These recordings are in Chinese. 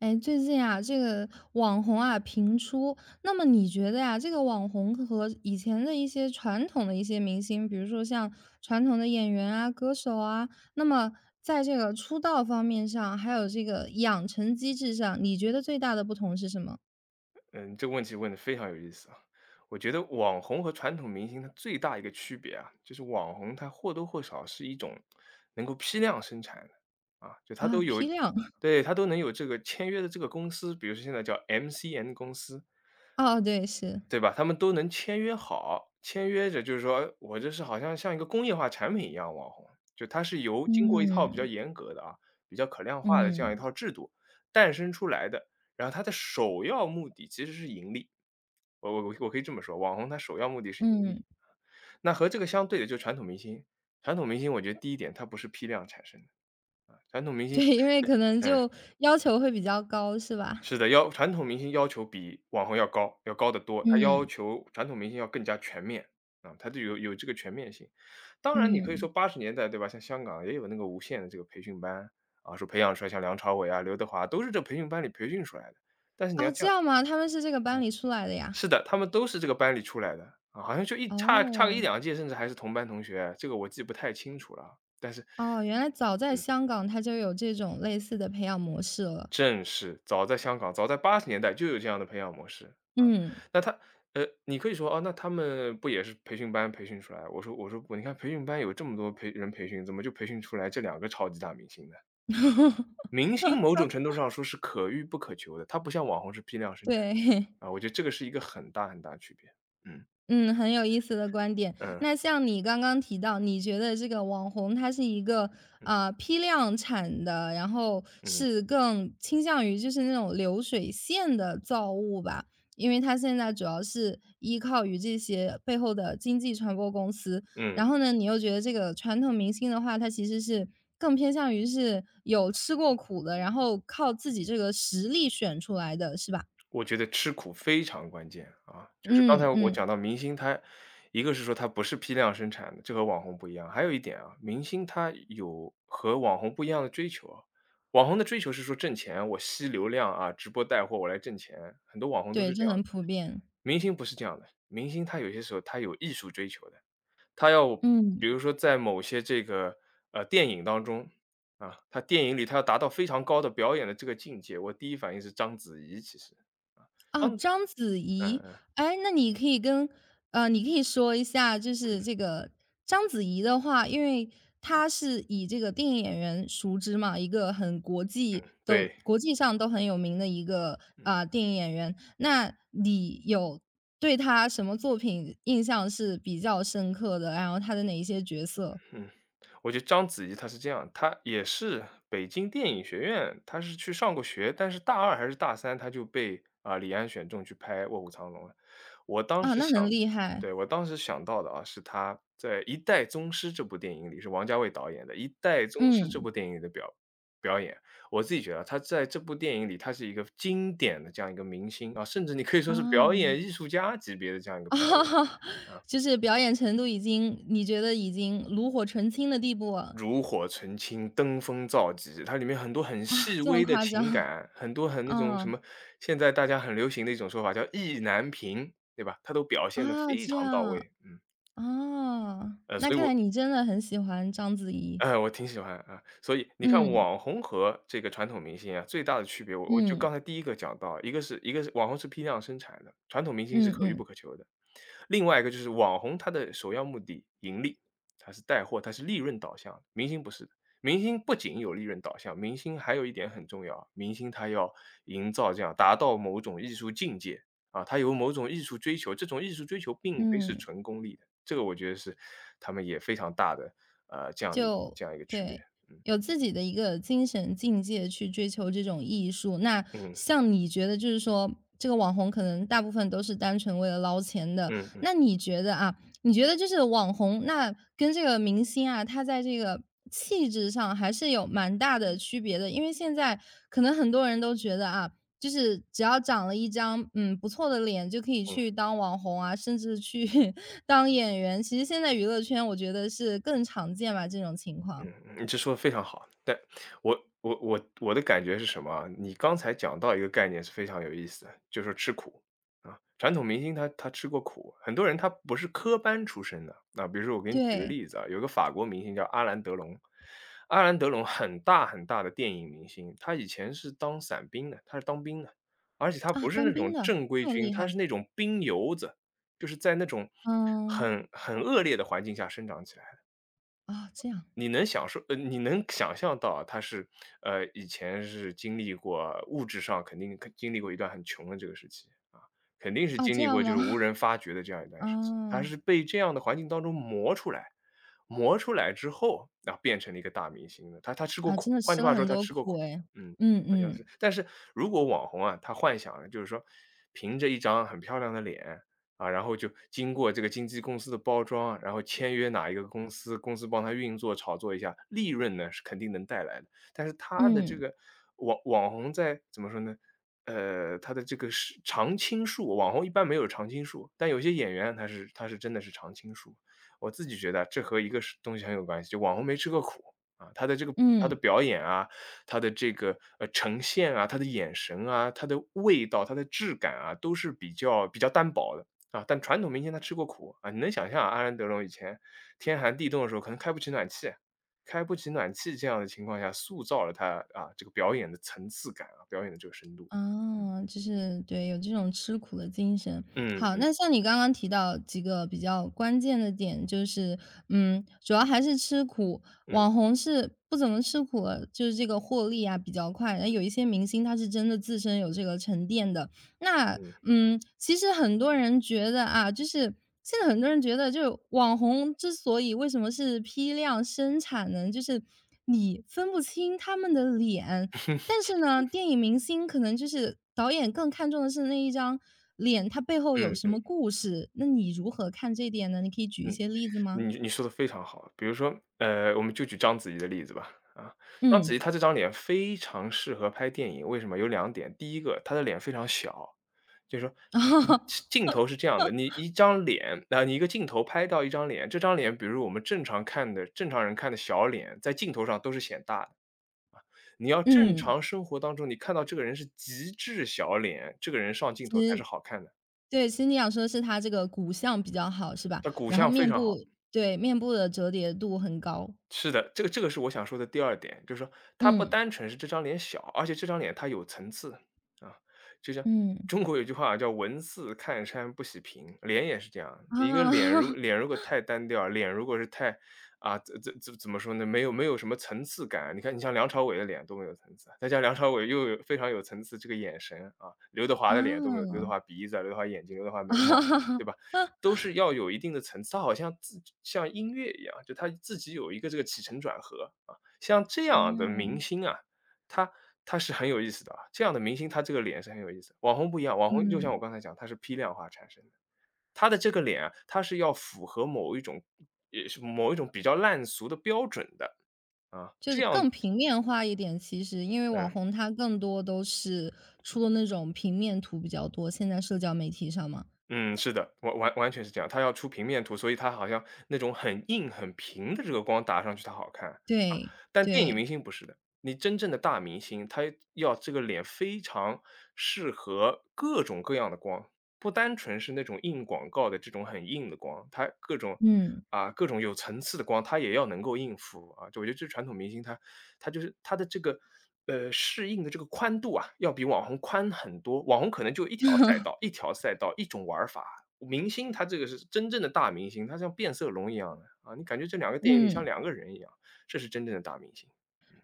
哎，最近啊，这个网红啊频出，那么你觉得呀，这个网红和以前的一些传统的一些明星，比如说像传统的演员啊、歌手啊，那么在这个出道方面上，还有这个养成机制上，你觉得最大的不同是什么？嗯，这个问题问的非常有意思啊。我觉得网红和传统明星它最大一个区别啊，就是网红它或多或少是一种能够批量生产的，就它啊，都有批量，对，它都能有这个签约的这个公司，比如说现在叫 MCN 公司，哦，对，是，对吧？他们都能签约好，签约着就是说我这是好像一个工业化产品一样网红，就它是由经过一套比较嗯严格的比较可量化的这样一嗯套制度诞生出来的。然后它的首要目的其实是盈利，我可以这么说，网红它首要目的是盈嗯，利。那和这个相对的就是传统明星，传统明星我觉得第一点它不是批量产生的，传统明星，对，因为可能嗯。就要求会比较高，是吧？是的，要传统明星要求比网红要高，要高得多。他要嗯求传统明星要更加全面，他就有这个全面性。当然，你可以说嗯，八十年代对吧，像香港也有那个无线的这个培训班，说培养出来像梁朝伟啊、刘德华都是这培训班里培训出来的。但是你要啊，这这样样吗？他们是这个班里出来的呀？是的，他们都是这个班里出来的，好像就一差个一哦。两届，甚至还是同班同学，这个我记不太清楚了啊但是，哦，原来早在嗯，香港它就有这种类似的培养模式了。正是，早在香港，早在八十年代就有这样的培养模式。嗯，那他你可以说，哦，那他们不也是培训班培训出来？我说，不，你看培训班有这么多人培训，怎么就培训出来这两个超级大明星呢？明星某种程度上说是可遇不可求的，它不像网红是批量生产对。的，我觉得这个是一个很大很大区别。嗯，嗯，很有意思的观点。嗯，那像你刚刚提到，你觉得这个网红它是一个嗯，啊、批量产的，然后嗯，是更倾向于就是那种流水线的造物吧？因为它现在主要是依靠于这些背后的经济传播公司。嗯。然后呢，你又觉得这个传统明星的话，它其实是更偏向于是有吃过苦的，然后靠自己这个实力选出来的，是吧？我觉得吃苦非常关键啊，就是刚才嗯我嗯，讲到明星他，一个是说他不是批量生产的，这和网红不一样。还有一点啊，明星他有和网红不一样的追求啊，网红的追求是说挣钱，我吸流量啊，直播带货我来挣钱，很多网红都对，是这这样的。很普遍。明星不是这样的，明星他有些时候他有艺术追求的，他要比如嗯。说在某些这个，电影当中，他电影里他要达到非常高的表演的这个境界，我第一反应是章子怡其实，啊，哦，嗯，章子嗯怡，嗯，哎，那你可以跟你可以说一下，就是这个章子怡的话，因为她是以这个电影演员熟知嘛，一个很国际都对，国际上都很有名的一个嗯。啊、电影演员，那你有对她什么作品印象是比较深刻的？然后她的哪一些角色嗯，我觉得章子怡她是这样，她也是北京电影学院，她是去上过学，但是大二还是大三，她就被，李安选中去拍《卧虎藏龙》了。我当啊？时那想很厉害，对，我当时想到的啊，是她在《一代宗师》这部电影里，是王家卫导演的《一代宗师》这部嗯电影里的表演。我自己觉得他在这部电影里，他是一个经典的这样一个明星，甚至你可以说是表啊。演艺术家级别的这样一个啊，表演。就是表演程度已经你觉得已经炉火纯青的地步了？炉火纯青，登峰造极，它里面很多很啊，细这么微的夸张？情感，很多很那种什嗯，么，现在大家很流行的一种说法叫意难平，对吧？它都表现的啊，非这常到样，位，啊，那所以看来我你真的很喜欢章子怡。哎，我挺喜欢啊。所以你看嗯，网红和这个传统明星啊，最大的区别，我就嗯，刚才第一个讲到，一个是网红是批量生产的，传统明星是嗯可遇不嗯，可求的。另外一个就是网红他的首要目的盈利，他是带货，他是利润导向的，明星不是的。明星不仅有利润导向，明星还有一点很重要，明星他要营造这样达到某种艺术境界啊，他有某种艺术追求，这种艺术追求并非是嗯。纯功利的，这个我觉得是他们也非常大的就这样一个区别，对，嗯，有自己的一个精神境界去追求这种艺术。那嗯，像你觉得就是说，这个网红可能大部分都是单纯为了捞钱的，嗯嗯嗯。那你觉得啊，你觉得就是网红，那跟这个明星啊，他在这个气质上还是有蛮大的区别的。因为现在可能很多人都觉得啊，就是只要长了一张，嗯，不错的脸，就可以去当网红啊，甚至去 当演员。其实现在娱乐圈我觉得是更常见吧，这种情况。嗯，你这说的非常好。但我的感觉是什么啊，你刚才讲到一个概念是非常有意思的，就说吃苦，传统明星他吃过苦，很多人他不是科班出身的。比如说我给你举个对，例子啊，有个法国明星叫阿兰·德隆，阿兰·德隆很大很大的电影明星，他以前是当伞兵的，他是当兵的，而且他啊，不是当那兵种的，正规这么军，厉他害。是那种兵油子，就是在那种嗯，很恶劣的环境下生长起来的啊，这样，你能想象到啊他是，以前是经历过物质上肯定经历过一段很穷的这个时期，肯定是啊，经这历样过就吗？是无 人发掘的这样一段时期。他啊，是被这样的环境当中磨出来，磨出来之后，变成了一个大明星的。他吃过啊，真苦，的换句吃了话说很他多吃过苦苦，诶。嗯，嗯好像嗯是。但是如果网红啊，他幻想了就是说凭着一张很漂亮的脸啊，然后就经过这个经纪公司的包装，然后签约哪一个公司，公司帮他运作、炒作一下，利润呢是肯定能带来的。但是他的这嗯个网红在怎么说呢？他的这个是常青树，网红一般没有常青树，但有些演员他是真的是常青树。我自己觉得啊这和一个是东西很有关系，就网红没吃过苦啊，他的这个他的嗯。表演啊，他的这个呈现啊，他的眼神啊，他的味道，他的质感啊，都是比较单薄的。但传统民间他吃过苦啊，你能想象啊阿兰德龙以前天寒地冻的时候，可能开不起暖气，开不起暖气这样的情况下，塑造了他啊这个表演的层次感啊，表演的这个深度。嗯啊，就是对，有这种吃苦的精神。好，嗯那像你刚刚提到几个比较关键的点，就是嗯，主要还是吃苦，嗯网红是不怎么吃苦了，就是这个获利啊比较快。那有一些明星他是真的自身有这个沉淀的。那嗯嗯，其实很多人觉得啊，就是现在很多人觉得，就是网红之所以为什么是批量生产呢？就是你分不清他们的脸，但是呢，电影明星可能就是导演更看重的是那一张脸，它背后有嗯什嗯么故事，那你如何看这点呢？你可以举一嗯。些例子吗？你说的非常好，比如说，我们就举章子怡的例子吧，章子嗯，怡她这张脸非常适合拍电影，为什么？有两点，第一个她的脸非常小，就是说，嗯，镜头是这样的，你一张脸啊，你一个镜头拍到一张脸，这张脸比如我们正常看的正常人看的小脸，在镜头上都是显大的，你要正嗯，常生活当中，你看到这个人是极致小脸，这个人上镜头才是好看的，对，其实你想说的是他这个骨相比较好是吧？他骨然后相非面常好。部对，面部的折叠度很高。是的，这个是我想说的第二点，就是说他不嗯，单纯是这张脸小，而且这张脸它有层次，啊。就像嗯，中国有句话啊叫"文字看山不喜平"，脸也是这样，你一个啊 脸如果太单调，脸如果是太这怎么说呢，没有什么层次感。你看你像梁朝伟的脸多没有层次啊，再加上梁朝伟又有非常有层次这个眼神，刘德华 的脸都没有刘德啊，华鼻子啊，刘德华眼睛，刘德华眉毛，啊 对吧？都是要有一定的层次，它好像像音乐一样，就它自己有一个这个起承转合啊。像这 啊，样的明星啊，他他是很有意思的啊，这样的明星他这个脸是很有意思的网红不一样。网红就像我嗯。刚才讲，他是批量化产生的。他的这个脸啊，他是要符合某一种也是某一种比较烂俗的标准的，啊，就是这样更平面化一点，其实因为嗯。网红他更多都是出的那种平面图比较多，现在社交媒体上嘛。嗯，是的，完全是这样。它要出平面图，所以它好像那种很硬很平的这个光打上去它好看啊。对，但电影明对，星不是的，你真正的大明星，他要这个脸非常适合各种各样的光，不单纯是那种硬广告的这种很硬的光，它各种嗯 啊，各种有层次的光，他也要能够应付啊。就我觉得这传统明星他就是他的这个，适应的这个宽度啊，要比网红宽很多。网红可能就一条赛道一 条赛道，一种玩儿法。明星他这个是真正的大明星，他像变色龙一样的，啊，你感觉这两个电影里像嗯。两个人一样，这是真正的大明星。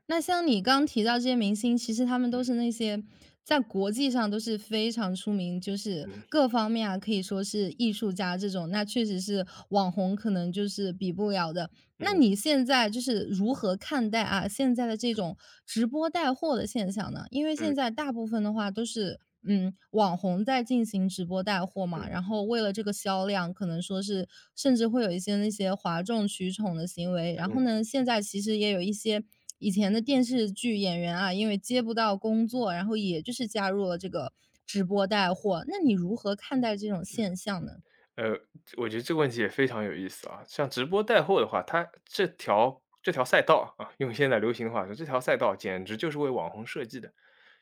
那像你刚提到这些明星，其实他们都嗯，是那些在国际上都是非常出名，就是嗯，各方面啊，可以说是艺术家这种，那确实是网红可能就是比不了的。那嗯，你现在就是如何看待啊，现在的这嗯，种直播带货的现象呢？因为嗯，现在大部分的话都是，嗯，网红在进行直播带货嘛，嗯，然后为了这个销量，可能说是甚至会有一些那些哗众取宠的行为。然嗯。后呢，现在其实也有一些以前的电视剧演员啊，因为接不到工作，然后也就是加入了这个直播带货。那你如何看待这种现象呢？呃，我觉得这个问题也非常有意思啊。像直播带货的话，它这条赛道啊，用现在流行的话说，这条赛道简直就是为网红设计的。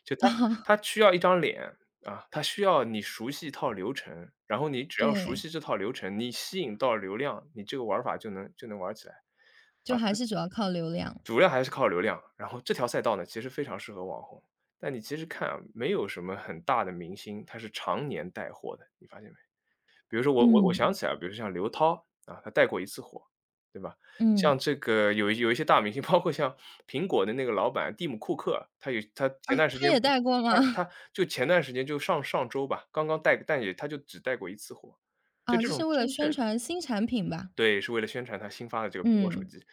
就 它啊，它需要一张脸啊，它需要你熟悉一套流程，然后你只要熟对，悉这套流程，你吸引到流量，你这个玩儿法就能玩儿起来。就还是主要靠流量。主要还是靠流量，然后这条赛道呢，其实非常适合网红。但你其实看啊，没有什么很大的明星，他是常年带货的，你发现没？比如说我想嗯。起来，比如说像刘涛啊，她带过一次火，对吧？嗯，像这个有一些大明星，包括像苹果的那个老板蒂姆·库克，他有他啊，前段时他间也不带过他吗？他 就前段时间就上上周吧，刚刚带但他只带过一次火。就啊，这就是种为了真宣正传新产品吧？对，是为了宣传他新发的这个苹果手嗯，机。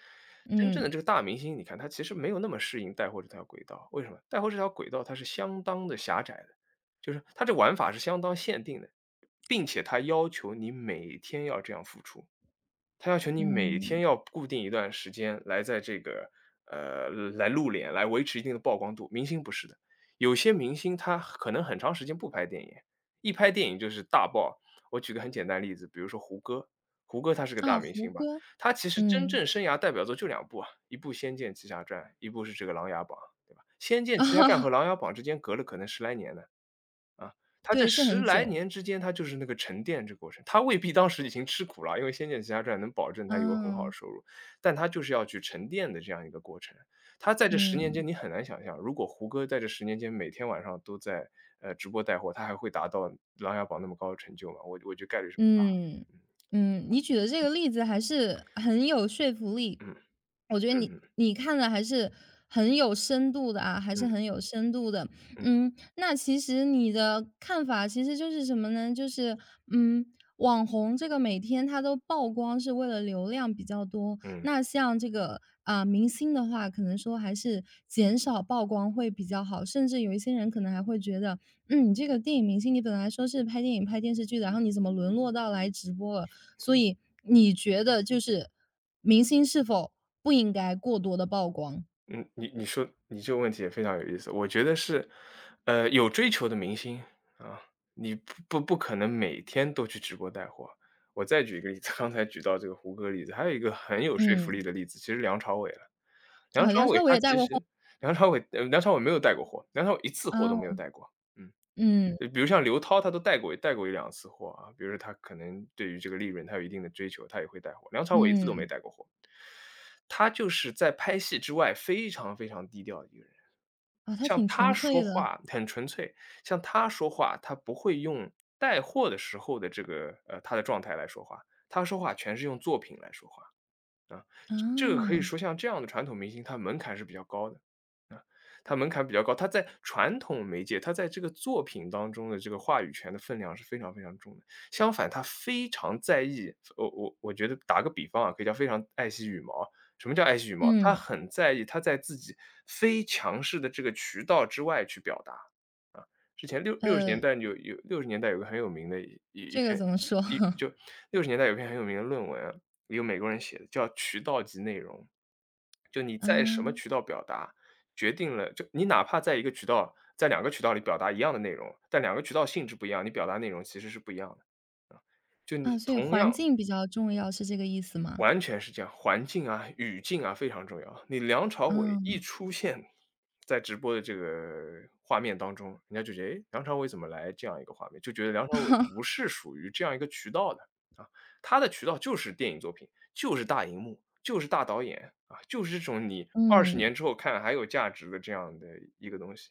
真正的嗯，这个大明星，你看他其实没有那么适应带货这条轨道，为什么？带货这条轨道它是相当的狭窄的，就是它这玩法是相当限定的，并且它要求你每天要这样付出。他要求你每嗯，天要固定一段时间来在这个来露脸，来维持一定的曝光度。明星不是的，有些明星他可能很长时间不拍电影，一拍电影就是大爆。我举个很简单的例子，比如说胡歌，胡歌他是个大啊，明胡星吧，歌，他其实真嗯 正生涯代表作就两部啊，一部《仙剑奇侠传》，一部是这个《琅琊榜》，对吧？《仙 剑啊，奇侠传》和《琅琊榜》之间隔了可能十来年呢。啊，他这对，是十很来久，年之间，他就是那个沉淀这个过程。他未必当时已经吃苦了，因为《仙剑奇侠传》能保证他有很好的啊，收入，但他就是要去沉淀的这样一个过程。他在这十年间，嗯。你很难想象，如果胡歌在这十年间每天晚上都在，直播带货，他还会达到《琅琊榜》那么高的成就吗？我觉得概率是不大的。嗯，嗯，你举的这个例子还是很有说服力。嗯，我觉得嗯，你嗯嗯，你看的还是很有深度的啊，还是嗯很有深度的。嗯嗯，那其实你的看法其实就是什么呢？就是嗯，网红这个每天他都曝光是为了流量比较多，嗯。那像这个啊、明星的话，可能说还是减少曝光会比较好，甚至有一些人可能还会觉得嗯，这个电影明星你本来说是拍电影、拍电视剧的，然后你怎么沦落到来直播了？所以你觉得就是明星是否不应该过多的曝光？嗯，你说你这个问题也非常有意思。我觉得是，有追求的明星啊，你不可能每天都去直播带货。我再举一个例子，刚才举到这个胡歌例子，还有一个很有说服嗯，力的例子，其实梁朝伟了。梁啊，朝梁伟朝伟他也带其过风实梁朝伟没有带过货，梁朝伟一次货啊，都没有带过，嗯。嗯，比如像刘涛，他都带过一两次货啊，比如说他可能对于这个利润，他有一定的追求，他也会带货。梁朝伟一次都没嗯，带过货。他就是在拍戏之外非常非常低调的一个人，啊，他像挺纯他说粹的，话很纯粹，像他说话，他不会用带货的时候的这个，他的状态来说话，他说话全是用作品来说话。啊，这个可以啊，说像这样的传统明星，他门槛是比较高的，啊，他门槛比较高，他在传统媒介，他在这个作品当中的这个话语权的分量是非常非常重的。相反，他非常在意，我觉得打个比方啊，可以叫非常爱惜羽毛。什么叫爱惜羽毛？他嗯，很在意他在自己非强势的这个渠道之外去表达，啊，之前呃，六十年代有个很有名的一一一这个篇怎么说？一 就六十年代有篇很有名的论文啊，一个美国人写的，叫渠道及内容。就你啊在什么渠道表达，决定了就你哪怕在一个渠道在两个渠道里表达一样的内容，但两个渠道性质不一样，你表达内容其实是不一样的。啊，就啊，你所以同样环境比较重要是这个意思吗？完全是这样，环境啊、语境啊非常重要。你梁朝伟一嗯，出现在直播的这个画面当中，人家就觉得，哎，梁朝伟怎么来这样一个画面？就觉得梁朝伟不 是属于这样一个渠道的啊，他的渠道就是电影作品，就是大荧幕，就是大导演啊，就是这种你20年嗯，之后看还有价值的这样的一个东西。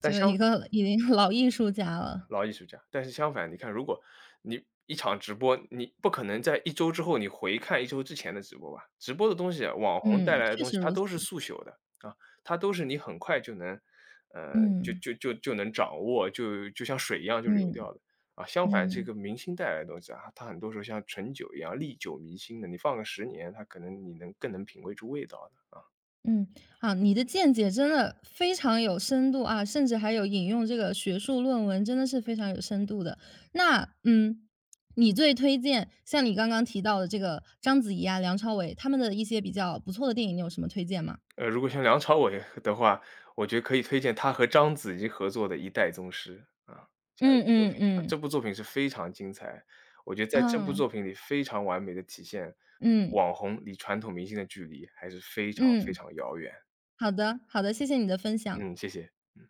但就相一个已经老艺术家了，老艺术家。但是相反，你看，如果你一场直播，你不可能在一周之后你回看一周之前的直播吧？直播的东西啊，网红带嗯，来的确东西，实它如此，都是速朽的，啊，它都是你很快就能，呃，就嗯。就就就能掌握，就像水一样就流嗯掉的。啊，相反这嗯个明星带来的东西啊，它很多时候像陈酒一样历久弥新的，你放个十年，它可能你能更能品味出味道的。嗯，好，你的见解真的非常有深度啊，甚至还有引用这个学术论文，真的是非常有深度的。那嗯，你最推荐像你刚刚提到的这个章子怡啊、梁朝伟他们的一些比较不错的电影，你有什么推荐吗？如果像梁朝伟的话，我觉得可以推荐他和章子怡合作的《一代宗师》，啊，这样一嗯部作品。嗯啊，这嗯。部作品是非常精彩，我觉得在这部啊，作品里非常完美的体现嗯网红离传统明星的距离还是非常非嗯，常遥远。好的好的，谢谢你的分享。嗯，谢谢。嗯。